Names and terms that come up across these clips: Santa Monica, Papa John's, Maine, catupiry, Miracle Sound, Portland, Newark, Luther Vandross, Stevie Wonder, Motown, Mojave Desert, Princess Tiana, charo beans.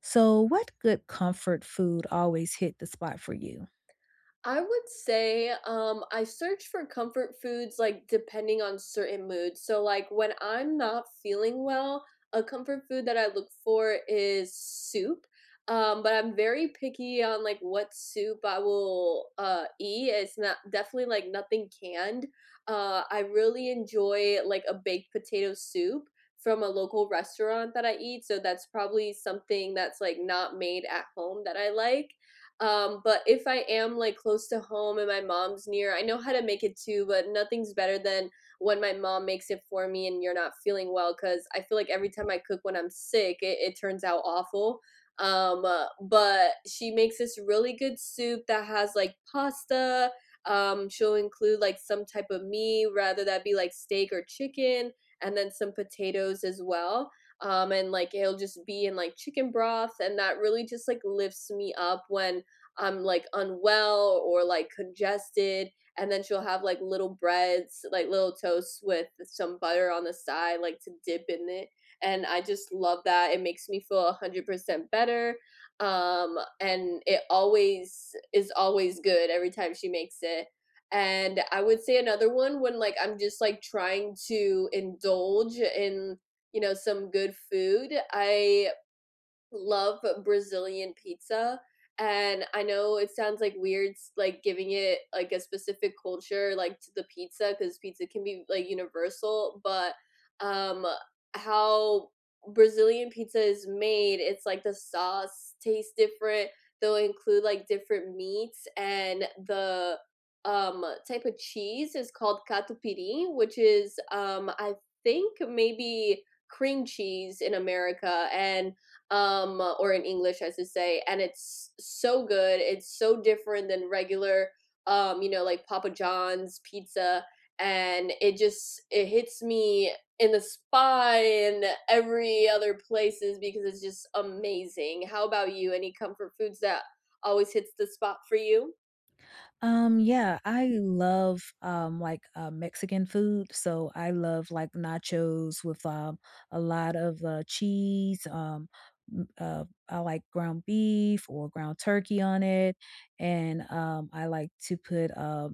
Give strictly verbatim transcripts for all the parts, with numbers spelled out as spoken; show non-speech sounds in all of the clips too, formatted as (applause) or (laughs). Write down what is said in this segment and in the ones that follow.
So, what good comfort food always hit the spot for you? I would say, um, I search for comfort foods, like, depending on certain moods. So, like, when I'm not feeling well, a comfort food that I look for is soup. Um, but I'm very picky on like what soup I will uh, eat. It's not definitely like nothing canned. Uh, I really enjoy like a baked potato soup from a local restaurant that I eat. So that's probably something that's like not made at home that I like. Um, but if I am like close to home and my mom's near, I know how to make it too, but nothing's better than when my mom makes it for me and you're not feeling well because I feel like every time I cook when I'm sick, it, it turns out awful. Um, uh, but she makes this really good soup that has like pasta. Um, she'll include like some type of meat, rather that be like steak or chicken, and then some potatoes as well um and like it'll just be in like chicken broth and that really just like lifts me up when I'm like unwell or like congested. And then she'll have like little breads, like little toasts with some butter on the side, like to dip in it. And I just love that. It makes me feel one hundred percent better. Um, and it always is always good every time she makes it. And I would say another one when like I'm just like trying to indulge in, you know, some good food. I love Brazilian pizza, and I know it sounds, like, weird s like, giving it, like, a specific culture, like, to the pizza, because pizza can be, like, universal, but, um, how Brazilian pizza is made, it's, like, the sauce tastes different, they'll include, like, different meats, and the, um, type of cheese is called catupiry, which is, um, I think maybe cream cheese in America, and um, or in English, I should say. And it's so good. It's so different than regular, um, you know, like Papa John's pizza. And it just it hits me in the spot and every other places because it's just amazing. How about you? Any comfort foods that always hits the spot for you? Um, yeah, I love, um, like, uh, Mexican food, so I love, like, nachos with, um, a lot of, uh, cheese, um, m uh, I like ground beef or ground turkey on it, and, um, I like to put, uh,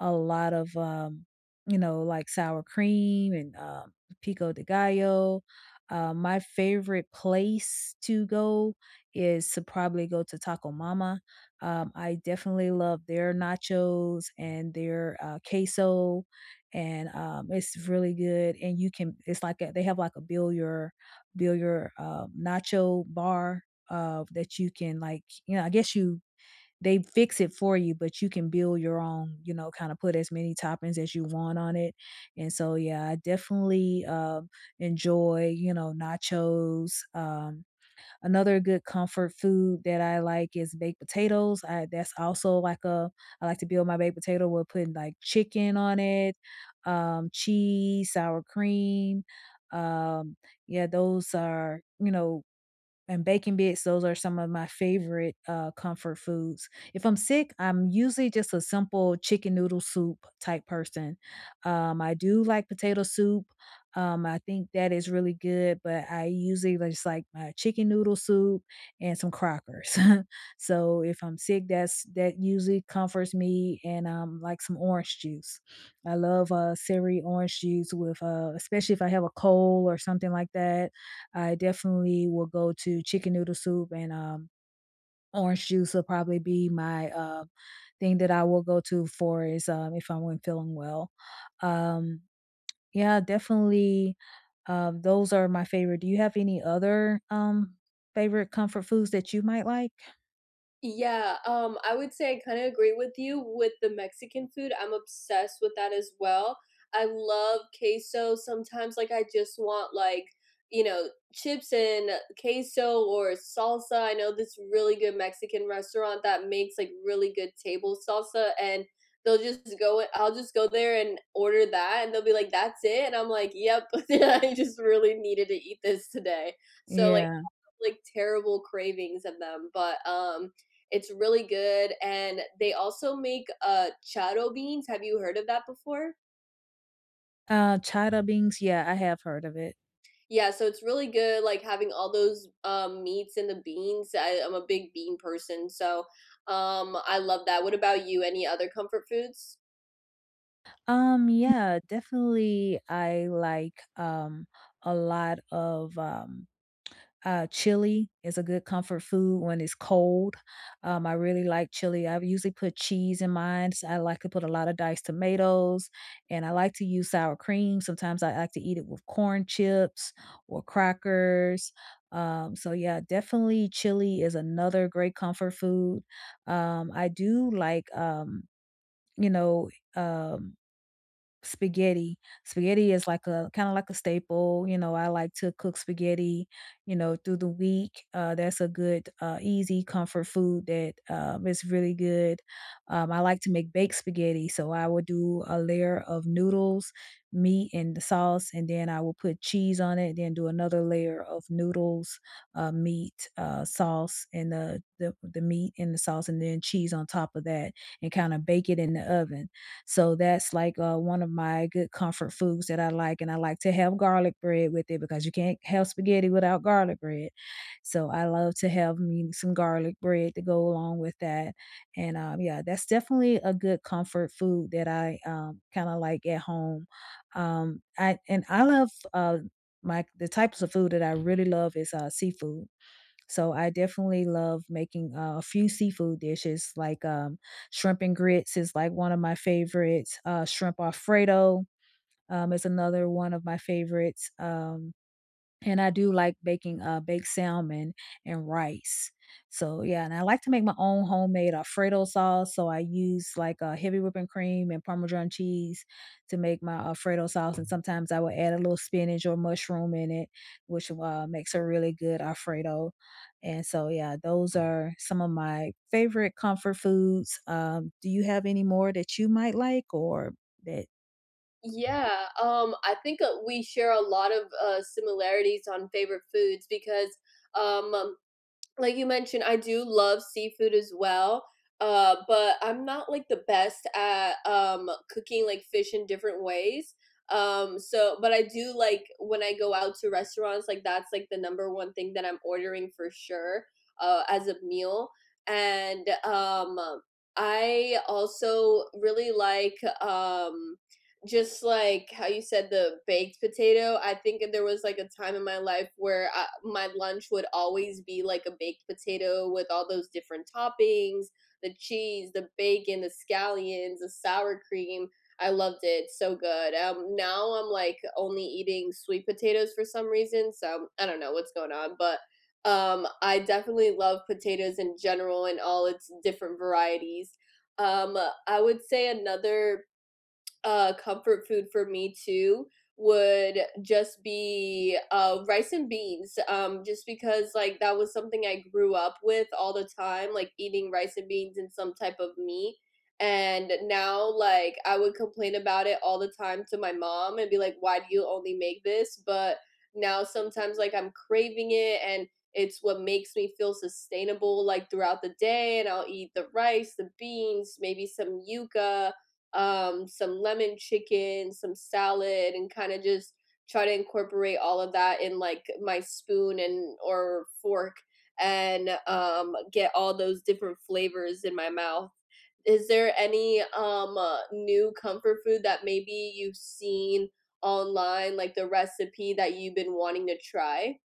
a lot of, um, you know, like sour cream and, um, pico de gallo. Uh, my favorite place to go is to probably go to Taco Mama. Um, I definitely love their nachos and their uh, queso, and um, it's really good. And you can, it's like a, they have like a bill your bill your uh, nacho bar, uh, that you can, like, you know, I guess you they fix it for you, but you can build your own, you know, kind of put as many toppings as you want on it. And so, yeah, I definitely um, enjoy, you know, nachos. Um, another good comfort food that I like is baked potatoes. I, that's also like a, I like to build my baked potato with putting like chicken on it, um, cheese, sour cream. Um, yeah, those are, you know, and baking bits, those are some of my favorite uh, comfort foods. If I'm sick, I'm usually just a simple chicken noodle soup type person. Um, I do like potato soup. Um, I think that is really good, but I usually li- just like my chicken noodle soup and some crackers. (laughs) So if I'm sick, that's that usually comforts me, and um, like some orange juice. I love uh, savory orange juice with, uh, especially if I have a cold or something like that, I definitely will go to chicken noodle soup and, um, orange juice will probably be my, uh, thing that I will go to for is, um, if I am not feeling well. Um, yeah, definitely, um, those are my favorite. Do you have any other, um, favorite comfort foods that you might like? Yeah, um, I would say I kind of agree with you with the Mexican food. I'm obsessed with that as well. I love queso. Sometimes, like, I just want, like, you know, chips and queso or salsa. I know this really good Mexican restaurant that makes, like, really good table salsa, and they'll just go, I'll just go there and order that, and they'll be like, that's it. And I'm like, yep, (laughs) I just really needed to eat this today. So, like, Yeah. like terrible cravings of them, but um it's really good and they also make uh charo beans. Have you heard of that before? Uh, chita beans, yeah, I have heard of it. Yeah, so it's really good like having all those um meats and the beans. I, I'm a big bean person, so um I love that. What about you? Any other comfort foods? Um, yeah, definitely I like, um, a lot of, um uh, chili is a good comfort food when it's cold. Um, I really like chili. I usually put cheese in mine. So I like to put a lot of diced tomatoes, and I like to use sour cream. Sometimes I like to eat it with corn chips or crackers. Um, so yeah, definitely chili is another great comfort food. Um, I do like, um, you know, um, spaghetti. Spaghetti is like a kinda like a staple, you know, I like to cook spaghetti, you know, through the week. Uh, that's a good, uh, easy comfort food that, um, is really good. Um, I like to make baked spaghetti, so I will do a layer of noodles, meat, and the sauce, and then I will put cheese on it, then do another layer of noodles, uh, meat, uh, sauce, and the the the meat and the sauce, and then cheese on top of that, and kinda bake it in the oven. So that's like uh, one of my good comfort foods that I like, and I like to have garlic bread with it because you can't have spaghetti without garlic bread. So I love to have me some garlic bread to go along with that, and um, yeah, that's definitely a good comfort food that I um, kind of like at home. Um, I and I love uh, my the types of food that I really love is uh, seafood. So I definitely love making uh, a few seafood dishes like um, shrimp and grits is like one of my favorites. Uh, shrimp Alfredo um, is another one of my favorites. Um, and I do like baking, uh, baked salmon and rice. So, yeah, and I like to make my own homemade Alfredo sauce, so I use, like, a heavy whipping cream and Parmesan cheese to make my Alfredo sauce, and sometimes I will add a little spinach or mushroom in it, which, uh, makes a really good Alfredo. And so, yeah, those are some of my favorite comfort foods. Um, do you have any more that you might like or that Yeah, um, I think uh, we share a lot of uh, similarities on favorite foods because um, like you mentioned, I do love seafood as well, uh, but I'm not like the best at um, cooking like fish in different ways. Um, so, but I do like when I go out to restaurants, like that's like the number one thing that I'm ordering for sure uh, as a meal. And um, I also really like um, just like how you said the baked potato, I think there was like a time in my life where I, my lunch would always be like a baked potato with all those different toppings, the cheese, the bacon, the scallions, the sour cream. I loved it. So good. Um, now I'm like only eating sweet potatoes for some reason. So I don't know what's going on, but um, I definitely love potatoes in general and all its different varieties. Um, I would say another uh, comfort food for me too would just be uh, rice and beans um, just because like that was something I grew up with all the time like eating rice and beans and some type of meat and now like I would complain about it all the time to my mom and be like why do you only make this but now sometimes like I'm craving it and it's what makes me feel sustainable like throughout the day and I'll eat the rice the beans maybe some yuca um, some lemon chicken, some salad, and kind of just try to incorporate all of that in like my spoon and or fork and um, get all those different flavors in my mouth. Is there any um, uh, new comfort food that maybe you've seen online, like the recipe that you've been wanting to try?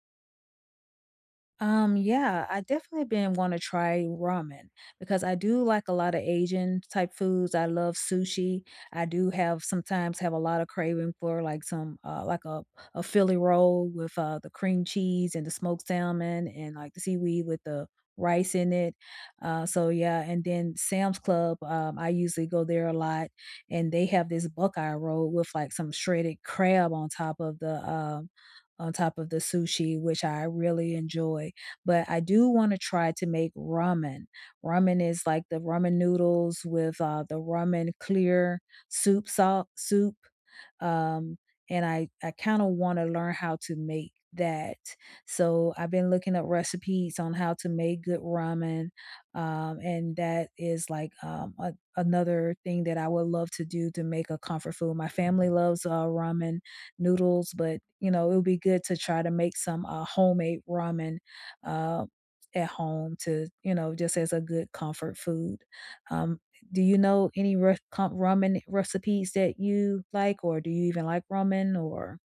um, yeah, I definitely been want to try ramen because I do like a lot of Asian type foods. I love sushi. I do have sometimes have a lot of craving for like some uh like a a Philly roll with uh the cream cheese and the smoked salmon and like the seaweed with the rice in it. Uh so yeah, and then Sam's Club, um I usually go there a lot and they have this Buckeye roll with like some shredded crab on top of the um on top of the sushi, which I really enjoy. But I do want to try to make ramen. Ramen is like the ramen noodles with uh, the ramen clear soup salt soup, um, and I I kind of want to learn how to make that. So I've been looking up recipes on how to make good ramen, um, and that is like um, a, another thing that I would love to do to make a comfort food. My family loves uh, ramen noodles, but, you know, it would be good to try to make some, uh, homemade ramen, uh, at home to, you know, just as a good comfort food. Um, do you know any re com ramen recipes that you like, or do you even like ramen, or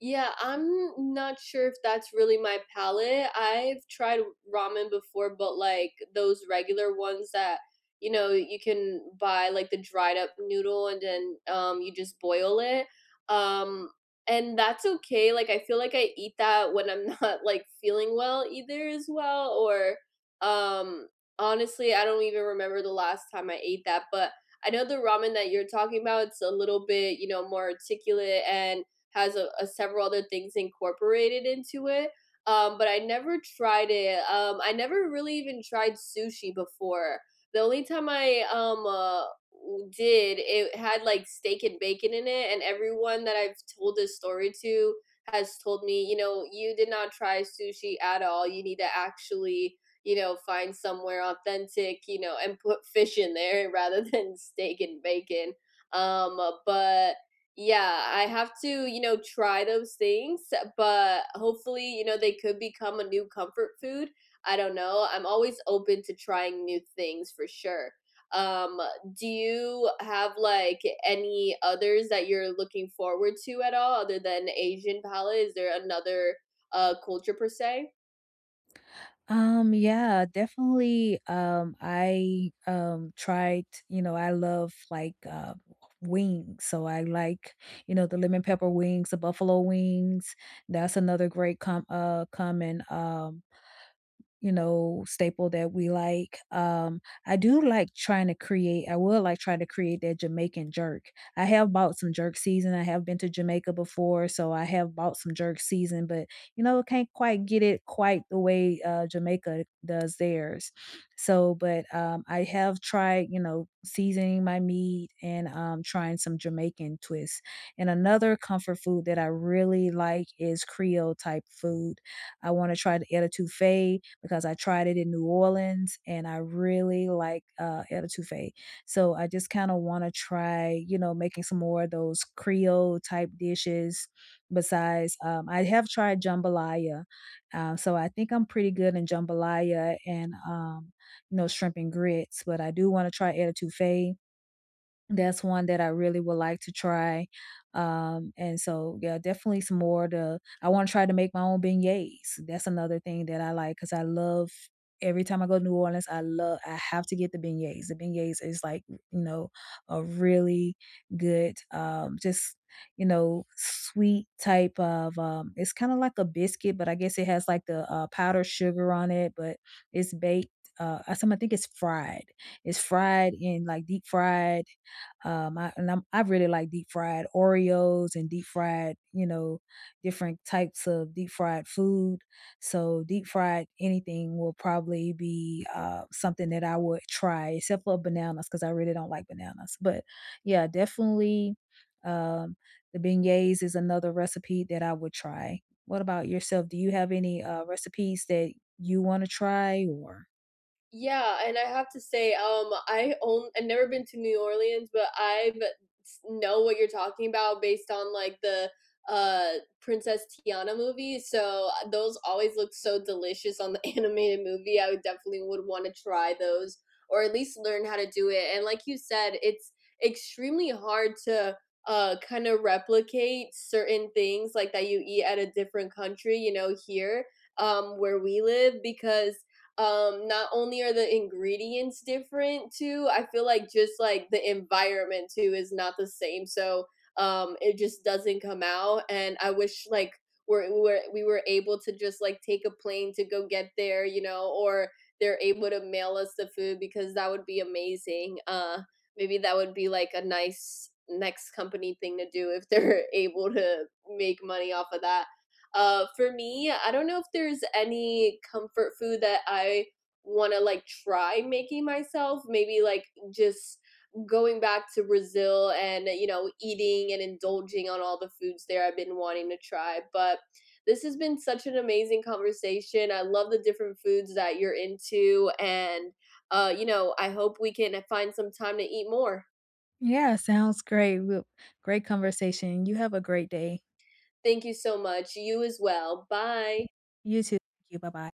Yeah, I'm not sure if that's really my palate. I've tried ramen before, but like those regular ones that, you know, you can buy like the dried up noodle and then um you just boil it. Um and that's okay. Like I feel like I eat that when I'm (laughs) not like feeling well either as well or um honestly, I don't even remember the last time I ate that, but I know the ramen that you're talking about, it's a little bit, you know, more articulate and has a, a several other things incorporated into it. Um, but I never tried it. Um, I never really even tried sushi before. The only time I um uh, did, it had like steak and bacon in it, and everyone that I've told this story to has told me, you know, you did not try sushi at all. You need to actually you know, find somewhere authentic, you know, and put fish in there (laughs) rather than steak and bacon. Um, uh, but yeah, I have to, you know, try those things, but hopefully, you know, they could become a new comfort food. I don't know. I'm always open to trying new things for sure. Um, do you have like any others that you're looking forward to at all other than Asian palette? Is there another uh culture per se? Um, yeah, definitely, um, I, um, tried, you know, I love, like, uh, wings, so I like, you know, the lemon pepper wings, the buffalo wings, that's another great com uh, common, um you know, staple that we like. Um, I do like trying to create I would like try to create that Jamaican jerk. I have bought some jerk season, I have been to Jamaica before, so I have bought some jerk season, but, you know, can't quite get it quite the way, uh, Jamaica does theirs. So, but, um, I have tried, you know, seasoning my meat and, um, trying some Jamaican twists. And another comfort food that I really like is Creole type food. I wanna try the etouffee, because I tried it in New Orleans and I really like uh, El Tufe. So I just kind of want to try, you know, making some more of those Creole type dishes. Besides, um, I have tried jambalaya, um, so I think I'm pretty good in jambalaya and um, you know, shrimp and grits. But I do want to try El Tufe, that's one that I really would like to try, um, and so, yeah, definitely some more to I wanna try to make my own beignets. That's another thing that I like because I love every time I go to New Orleans, I love I have to get the beignets. The beignets is like, you know, a really good, um, just, you know, sweet type of, um it's kinda like a biscuit, but I guess it has, like, the, uh, powdered sugar on it, but it's baked, uh, I some I think it's fried. It's fried in, like, deep fried, um, I and I'm, I really like deep fried Oreos and deep fried, you know, different types of deep fried food. So deep fried anything will probably be uh, something that I would try, except for bananas because I really don't like bananas. But yeah, definitely um, the beignets is another recipe that I would try. What about yourself? Do you have any uh, recipes that you want to try or? Yeah, and I have to say, um, I own I've never been to New Orleans, but I've s- know what you're talking about based on like the uh Princess Tiana movie. So uh, those always look so delicious on the (laughs) animated movie. I would definitely would want to try those or at least learn how to do it. And like you said, it's extremely hard to uh kind of replicate certain things like that you eat at a different country, you know, here um where we live because um not only are the ingredients different too I feel like just like the environment too is not the same so um it just doesn't come out and I wish like we're, we're we were able to just like take a plane to go get there you know or they're able to mail us the food because that would be amazing uh maybe that would be like a nice next company thing to do if they're (laughs) able to make money off of that uh, for me, I don't know if there's any comfort food that I want to like try making myself. Maybe like just going back to Brazil and you know eating and indulging on all the foods there I've been wanting to try. But this has been such an amazing conversation. I love the different foods that you're into, and uh, you know I hope we can find some time to eat more. Yeah, sounds great. Well, great conversation. You have a great day. Thank you so much. You as well. Bye. You too. Thank you. Bye bye.